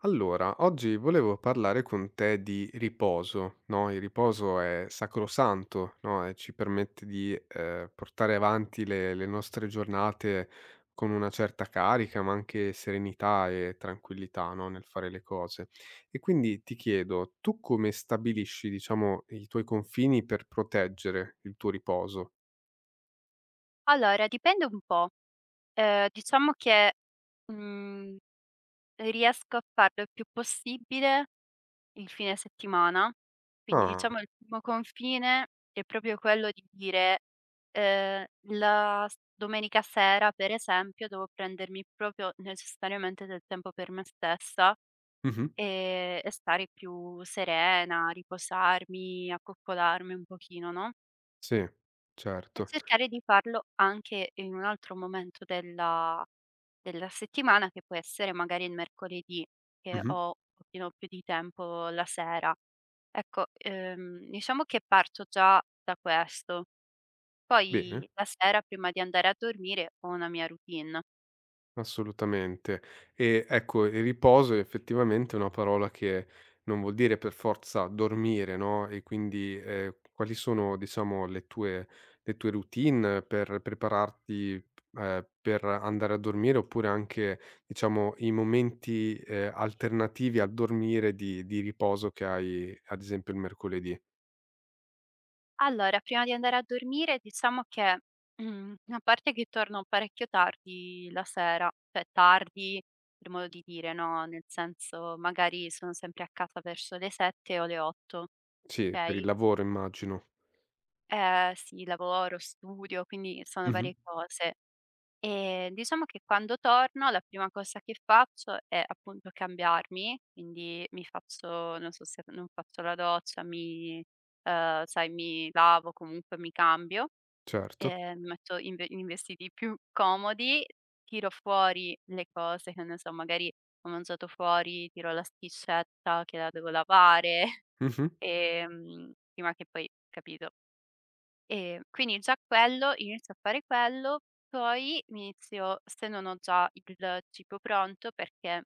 Allora, oggi volevo parlare con te di riposo, no? Il riposo è sacrosanto, no? E ci permette di portare avanti le nostre giornate con una certa carica, ma anche serenità e tranquillità, no? Nel fare le cose. E quindi ti chiedo, tu come stabilisci, diciamo, i tuoi confini per proteggere il tuo riposo? Allora, dipende un po'. Diciamo che, mhmm, riesco a farlo il più possibile il fine settimana, quindi Ah, diciamo il primo confine è proprio quello di dire, ehm, la s domenica sera per esempio devo prendermi proprio necessariamente del tempo per me stessa, mhm, e stare più serena, riposarmi, accoccolarmi un pochino, no? sì, E certo. cercare di farlo anche in un altro momento della settimana, che può essere magari il mercoledì, che Mhm. ho un pochino più di tempo la sera. Ecco, diciamo che parto già da questo. Bene. Poi la sera prima di andare a dormire ho una mia routine. Assolutamente. E ecco, il riposo effettivamente è effettivamente una parola che non vuol dire per forza dormire, no, e quindi, quali sono diciamo le tue routine per prepararti, per andare a dormire oppure anche diciamo i momenti, alternativi al dormire di riposo che hai ad esempio il mercoledì? Allora, prima di andare a dormire diciamo che, a parte che torno parecchio tardi la sera, cioè tardi per modo di dire, no, nel senso magari sono sempre a casa verso le 7 o le 8. Sì, per il Okay, lavoro immagino. Sì, lavoro, studio, quindi sono Mh-mh. varie cose. Diciamo che quando torno la prima cosa che faccio è appunto cambiarmi, quindi mi faccio non so se non faccio la doccia, mi sai, mi lavo, comunque mi cambio. Certo. Mi metto in vestiti più comodi, tiro fuori le cose che ne so, magari ho mangiato fuori, tiro la schiscetta che la devo lavare, Mh-mh. Prima che poi capito? Quindi già quello inizio a fare quello, poi mi inizio se non ho già il cibo pronto, perché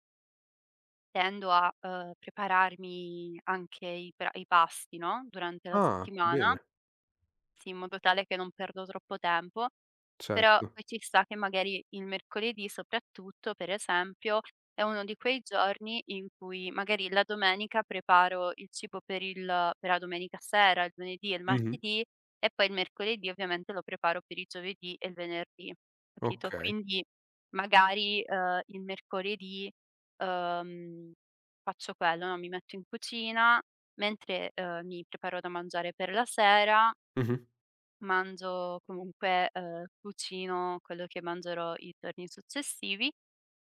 tendo a, prepararmi anche i pasti, no, durante la Ah, settimana bene, sì, in modo tale che non perdo troppo tempo, però certo. poi ci sta che magari il mercoledì soprattutto, per esempio, è uno di quei giorni in cui magari la domenica preparo il cibo per il per la domenica sera, il lunedì e il Mh-mh. martedì e poi il mercoledì ovviamente lo preparo per il giovedì e il venerdì, capito? Okay. Quindi magari, il mercoledì, ehm, faccio quello, no, mi metto in cucina mentre, mi preparo da mangiare per la sera. Mh-mh. Mangio comunque cucino quello che mangerò i giorni successivi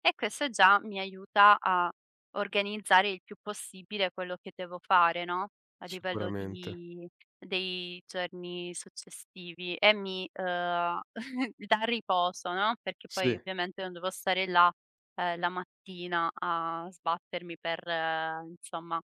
e questo già mi aiuta a organizzare il più possibile quello che devo fare, no, a livello Sicuramente. di dei giorni successivi e mi, dà riposo, no, perché poi Sì, ovviamente non devo stare là, la mattina a sbattermi per, insomma,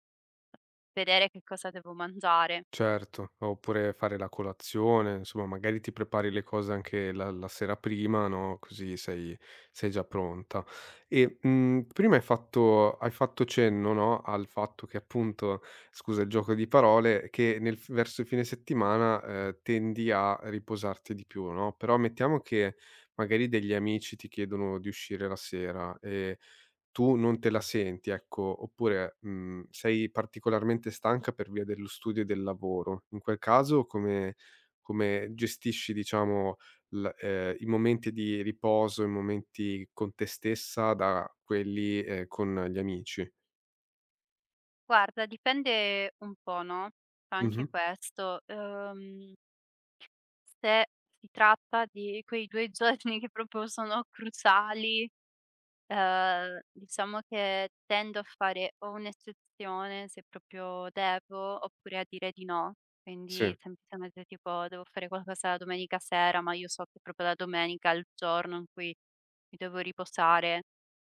vedere che cosa devo mangiare. certo. Oppure fare la colazione, insomma, magari ti prepari le cose anche la sera prima, no, così sei già pronta. E, prima hai fatto cenno, no, al fatto che appunto, scusa il gioco di parole, che nel f verso il fine settimana, tendi a riposarti di più, no, però mettiamo che magari degli amici ti chiedono di uscire la sera e tu non te la senti, ecco, oppure, mhmm, sei particolarmente stanca per via dello studio e del lavoro. In quel caso come gestisci diciamo l i momenti di riposo, i momenti con te stessa da quelli, con gli amici? Guarda, dipende un po', no, fa anche Mh-mh. questo. Se si tratta di quei 2 giorni che proprio sono cruciali, diciamo che tendo a fare o un'eccezione se proprio devo, oppure a dire di no. Sì. Quindi semplicemente tipo: "Devo fare qualcosa la domenica sera", ma io so che proprio la domenica è il giorno in cui mi devo riposare.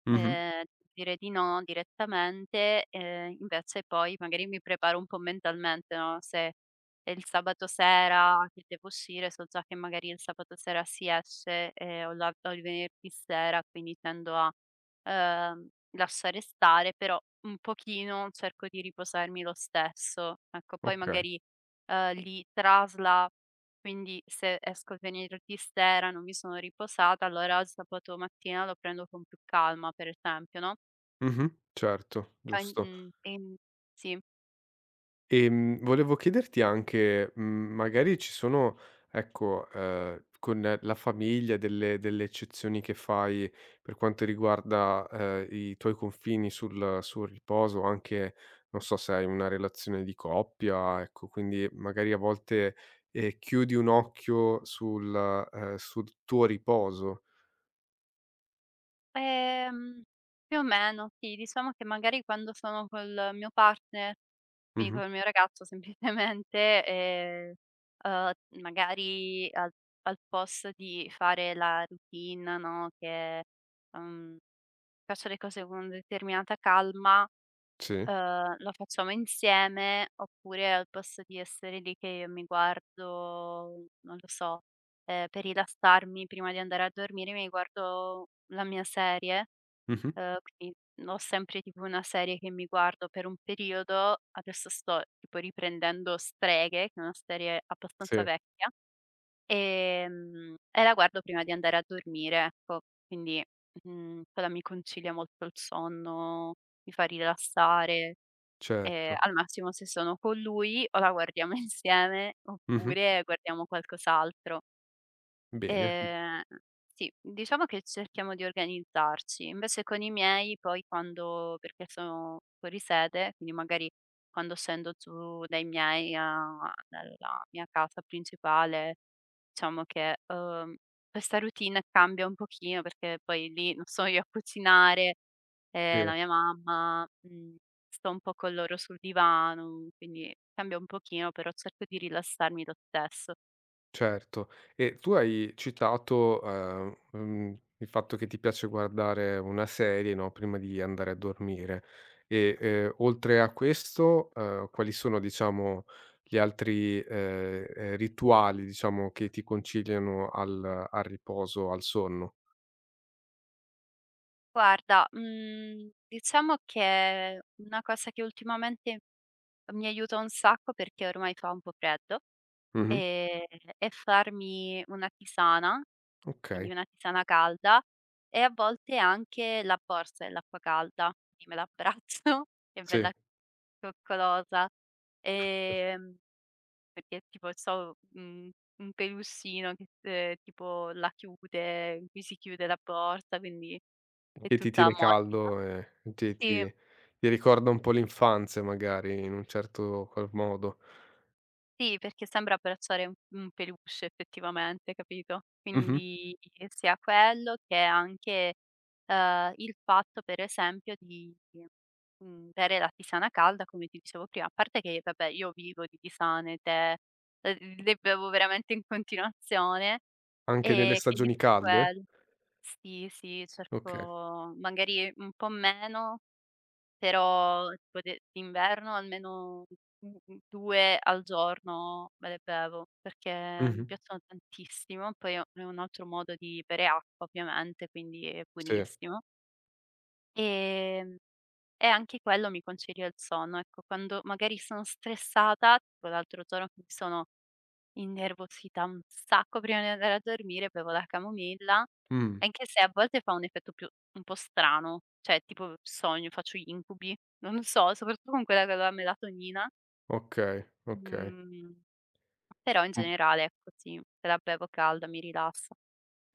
Mh-mh. Ehm, Dire di no direttamente, invece poi magari mi preparo un po' mentalmente, no, se è il sabato sera che devo uscire, so già che magari il sabato sera si esce, o il venerdì sera, quindi tendo a, lasciare stare, però un pochino cerco di riposarmi lo stesso. Ecco, poi Okay. magari, li trasla quindi se esco il venerdì sera, non mi sono riposata, allora il sabato mattina lo prendo con più calma, per esempio, no. Mh-mh. Certo, Eh. cioè, giusto. mhmm, ehm, sì. Volevo chiederti anche, mhmm, magari ci sono, ecco, con la famiglia delle eccezioni che fai per quanto riguarda, i tuoi confini sul riposo, anche, non so se hai una relazione di coppia, ecco, quindi magari a volte, chiudi un occhio sul sul tuo riposo. Ehm, Più o meno sì, diciamo che magari quando sono col mio partner, quindi Mh-mh. col mio ragazzo semplicemente, uhm, magari al posto di fare la routine, no, che, uhm, faccio le cose con determinata calma. Sì. Lo facciamo insieme oppure al posto di essere lì che io mi guardo, non lo so, per rilassarmi prima di andare a dormire mi guardo la mia serie, Mh-mh. Quindi ho sempre tipo una serie che mi guardo per un periodo, adesso sto tipo riprendendo Streghe, che è una serie Sì, abbastanza vecchia, e la guardo prima di andare a dormire, ecco. Quindi, quella mi concilia molto il sonno, mi fa rilassare. Certo. Al massimo se sono con lui o la guardiamo insieme Mh-mh. oppure guardiamo qualcos'altro. Bene. Ehm, sì, diciamo che cerchiamo di organizzarci. Invece con i miei poi quando perché sono fuori sede, quindi magari quando scendo giù dai miei a nella mia casa principale, diciamo che, questa routine cambia un pochino perché poi lì non sono io a cucinare, è Sì. la mia mamma, mhmm, sto un po' con loro sul divano, quindi cambia un pochino, però cerco di rilassarmi lo stesso. Certo. E tu hai citato, mhmm, il fatto che ti piace guardare una serie, no, prima di andare a dormire e, oltre a questo, quali sono diciamo gli altri, rituali diciamo che ti conciliano al riposo, al sonno? Guarda, diciamo che una cosa che ultimamente mi aiuta un sacco, perché ormai fa un po' freddo, Mh-mh. ehm, è farmi una tisana, quindi Okay. una tisana calda e a volte anche la borsa dell'acqua calda, quindi me la abbraccio, che è Sì. bella coccolosa, ehm, perché tipo c'ho, un peluscino che, tipo la chiude in cui si chiude la borsa, quindi è Che ti tutta tiene morbida. caldo e ti Sì. ti ti ricorda un po' l'infanzia magari in un certo qual modo. Sì, perché sembra abbracciare un peluche effettivamente, capito, Mh-mh. quindi sia quello che anche, il fatto per esempio di, bere la tisana calda come ti dicevo prima, a parte che vabbè io vivo di tisane, tè, le bevo veramente in continuazione Anche nelle e quindi stagioni per calde? quello sì, sì Okay. cerco magari un po' meno però tipo de d'inverno almeno, 2 al giorno me le bevo, perché Mh-mh. mi piacciono tantissimo. Poi è un altro modo di bere acqua ovviamente, quindi è Sì. buonissimo. Ehm, e anche quello mi concedia il sonno. Ecco, quando magari sono stressata, tipo l'altro giorno che mi sono innervosita un sacco prima di andare a dormire, bevo la camomilla, Mh. anche se a volte fa un effetto più un po' strano, cioè tipo sogno, faccio gli incubi, non so, soprattutto con quella con la melatonina, Okay, okay. mhmm, però in Mh. generale ecco sì, se la bevo calda mi rilassa.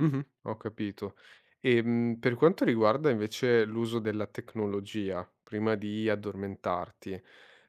Mh-mh, ho capito. Per quanto riguarda invece l'uso della tecnologia, prima di addormentarti,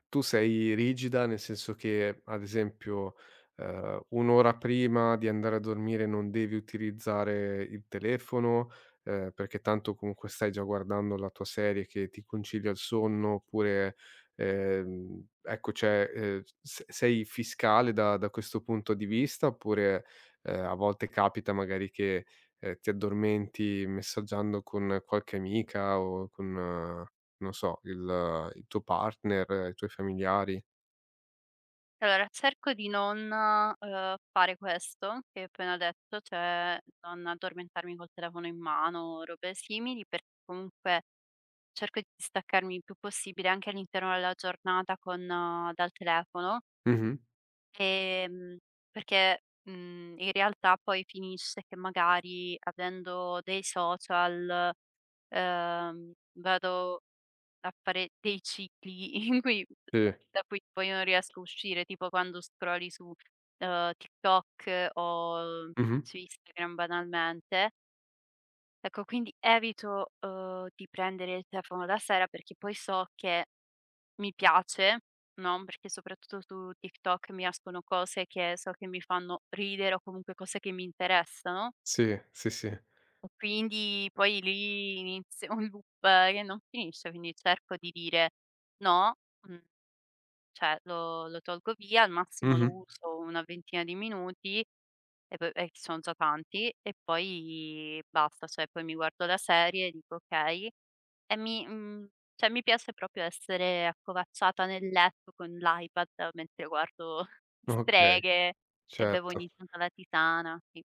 tu sei rigida, nel senso che, ad esempio, 1 ora prima di andare a dormire non devi utilizzare il telefono, perché tanto comunque stai già guardando la tua serie che ti concilia il sonno, oppure, ecco, cioè, s sei fiscale da questo punto di vista, oppure a volte capita magari che, ti addormenti messaggiando con qualche amica o con, non so, il tuo partner, i tuoi familiari. Allora cerco di non, fare questo che hai appena detto, cioè non addormentarmi col telefono in mano o robe simili, perché comunque cerco di staccarmi il più possibile anche all'interno della giornata con dal telefono, Mh-mh. ehm, perché, in realtà poi finisce che magari avendo dei social, ehm, vado a fare dei cicli in cui Sì. da cui poi non riesco a uscire, tipo quando scrolli su, TikTok o Mh-mh. su Instagram banalmente. Ecco, quindi evito, di prendere il telefono la sera perché poi so che mi piace, no, perché soprattutto su TikTok mi escono cose che so che mi fanno ridere o comunque cose che mi interessano, Sì, sì, sì. e quindi poi lì inizia un loop che non finisce, quindi cerco di dire: "No", mhmm, cioè lo tolgo via, al massimo lo Mh-mh. uso una ventina di minuti e poi son già tanti, e poi basta, cioè poi mi guardo la serie e dico: "Okay" e cioè mi piace proprio essere accovacciata nel letto con l'iPad mentre guardo Okay, streghe e bevo certo. ogni tanto la tisana. Sì,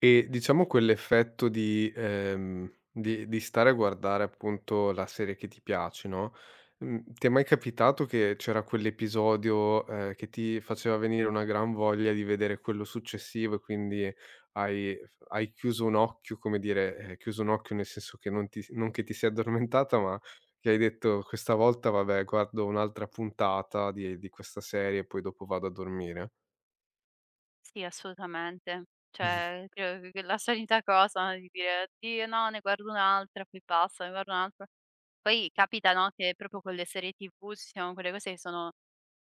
E diciamo quell'effetto di di stare a guardare appunto la serie che ti piace, no, mhmm, ti è mai capitato che c'era quell'episodio, che ti faceva venire una gran voglia di vedere quello successivo e quindi hai chiuso un occhio, come dire, chiuso un occhio nel senso che non che ti sei addormentata, ma che hai detto: "Questa volta vabbè guardo un'altra puntata di questa serie e poi dopo vado a dormire." sì assolutamente. Cioè credo che la solita cosa di dire: "Oddio no, ne guardo un'altra, poi passa, ne guardo un'altra". Poi capita, no, che proprio con le serie TV ci siano quelle cose che sono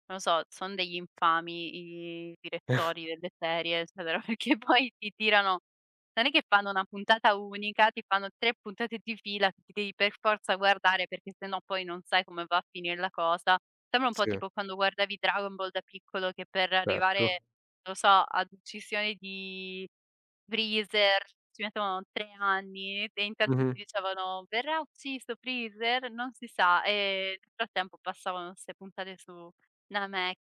non lo so, son degli infami i direttori delle serie, eccetera, perché poi ti tirano non è che fanno una puntata unica, ti fanno 3 puntate di fila che ti devi per forza guardare, perché se no poi non sai come va a finire la cosa. Sembra un po' Sì, tipo quando guardavi Dragon Ball da piccolo che per certo. arrivare, non lo so, ad uccisione di Freezer ci mettono 3 anni e intanto Mh-mh. ti dicevano: "Verrà ucciso Freezer?" Non si sa, e nel frattempo passavano 'ste puntate su 'na Mac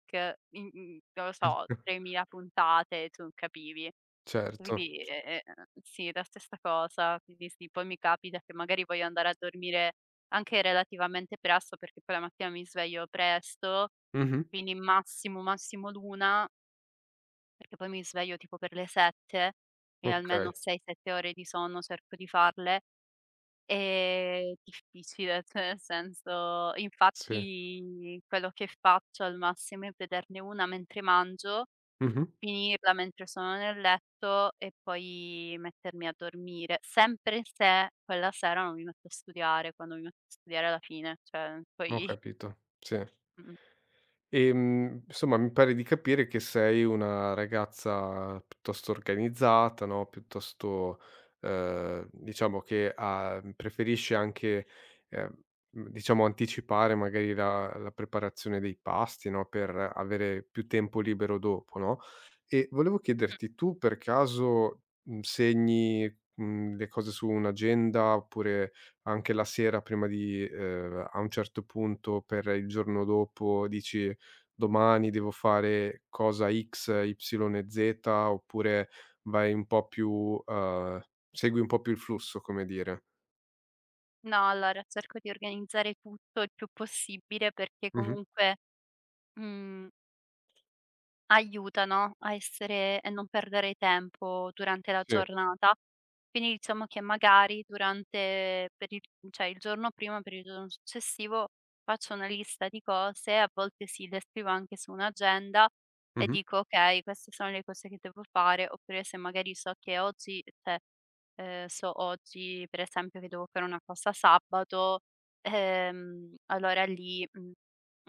in non lo so, 3000 puntate, tu non capivi. Certo. Quindi, sì, la stessa cosa. Quindi sì, poi mi capita che magari voglio andare a dormire anche relativamente presto, perché poi la mattina mi sveglio presto, Mh-mh. quindi massimo, massimo l'1, perché poi mi sveglio tipo per le 7 e almeno Okay, 6, 7 ore di sonno cerco di farle. Difficile, cioè nel senso sì. infatti quello che faccio al massimo è vederne una mentre mangio, Mh-mh. finirla mentre sono nel letto e poi mettermi a dormire, sempre se quella sera non mi metto a studiare, quando mi metto a studiare alla fine, cioè Ho poi capito, sì. mh, Insomma, mi pare di capire che sei una ragazza piuttosto organizzata, no, piuttosto, diciamo che ha preferisce anche, ehm, mhmm, diciamo anticipare magari la preparazione dei pasti, no, per avere più tempo libero dopo, no? E volevo mh. chiederti: tu per caso, mhmm, segni, mhmm, le cose su un'agenda, oppure anche la sera prima di a un certo punto per il giorno dopo dici: domani devo fare cosa X, Y e Z, oppure vai un po' più, segui un po' più il flusso, come dire. No, allora cerco di organizzare tutto il più possibile perché Mh-mh. comunque mhmm aiutano a essere e non perdere tempo durante la Sì. giornata. Quindi diciamo che magari durante per il cioè il giorno prima per il giorno successivo faccio una lista di cose, a volte sì, le scrivo anche su un'agenda e Mh-mh. dico: "Okay, queste sono le cose che devo fare", oppure se magari so che oggi cioè, so oggi per esempio che devo fare una cosa sabato, allora lì, mhmm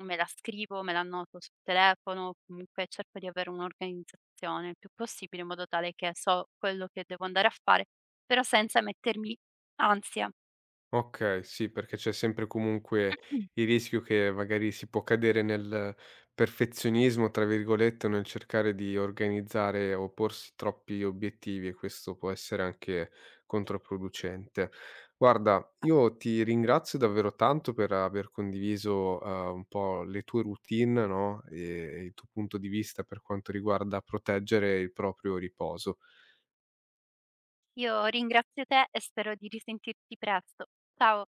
me la scrivo, me la annoto sul telefono, comunque cerco di avere un'organizzazione il più possibile in modo tale che so quello che devo andare a fare, però senza mettermi ansia. Okay, sì, perché c'è sempre comunque il rischio che magari si può cadere nel "perfezionismo", tra virgolette, o nel cercare di organizzare o porsi troppi obiettivi e questo può essere anche controproducente. Guarda, io ti ringrazio davvero tanto per aver condiviso, un po' le tue routine, no, e il tuo punto di vista per quanto riguarda proteggere il proprio riposo. Io ringrazio te e spero di risentirti presto. Ciao.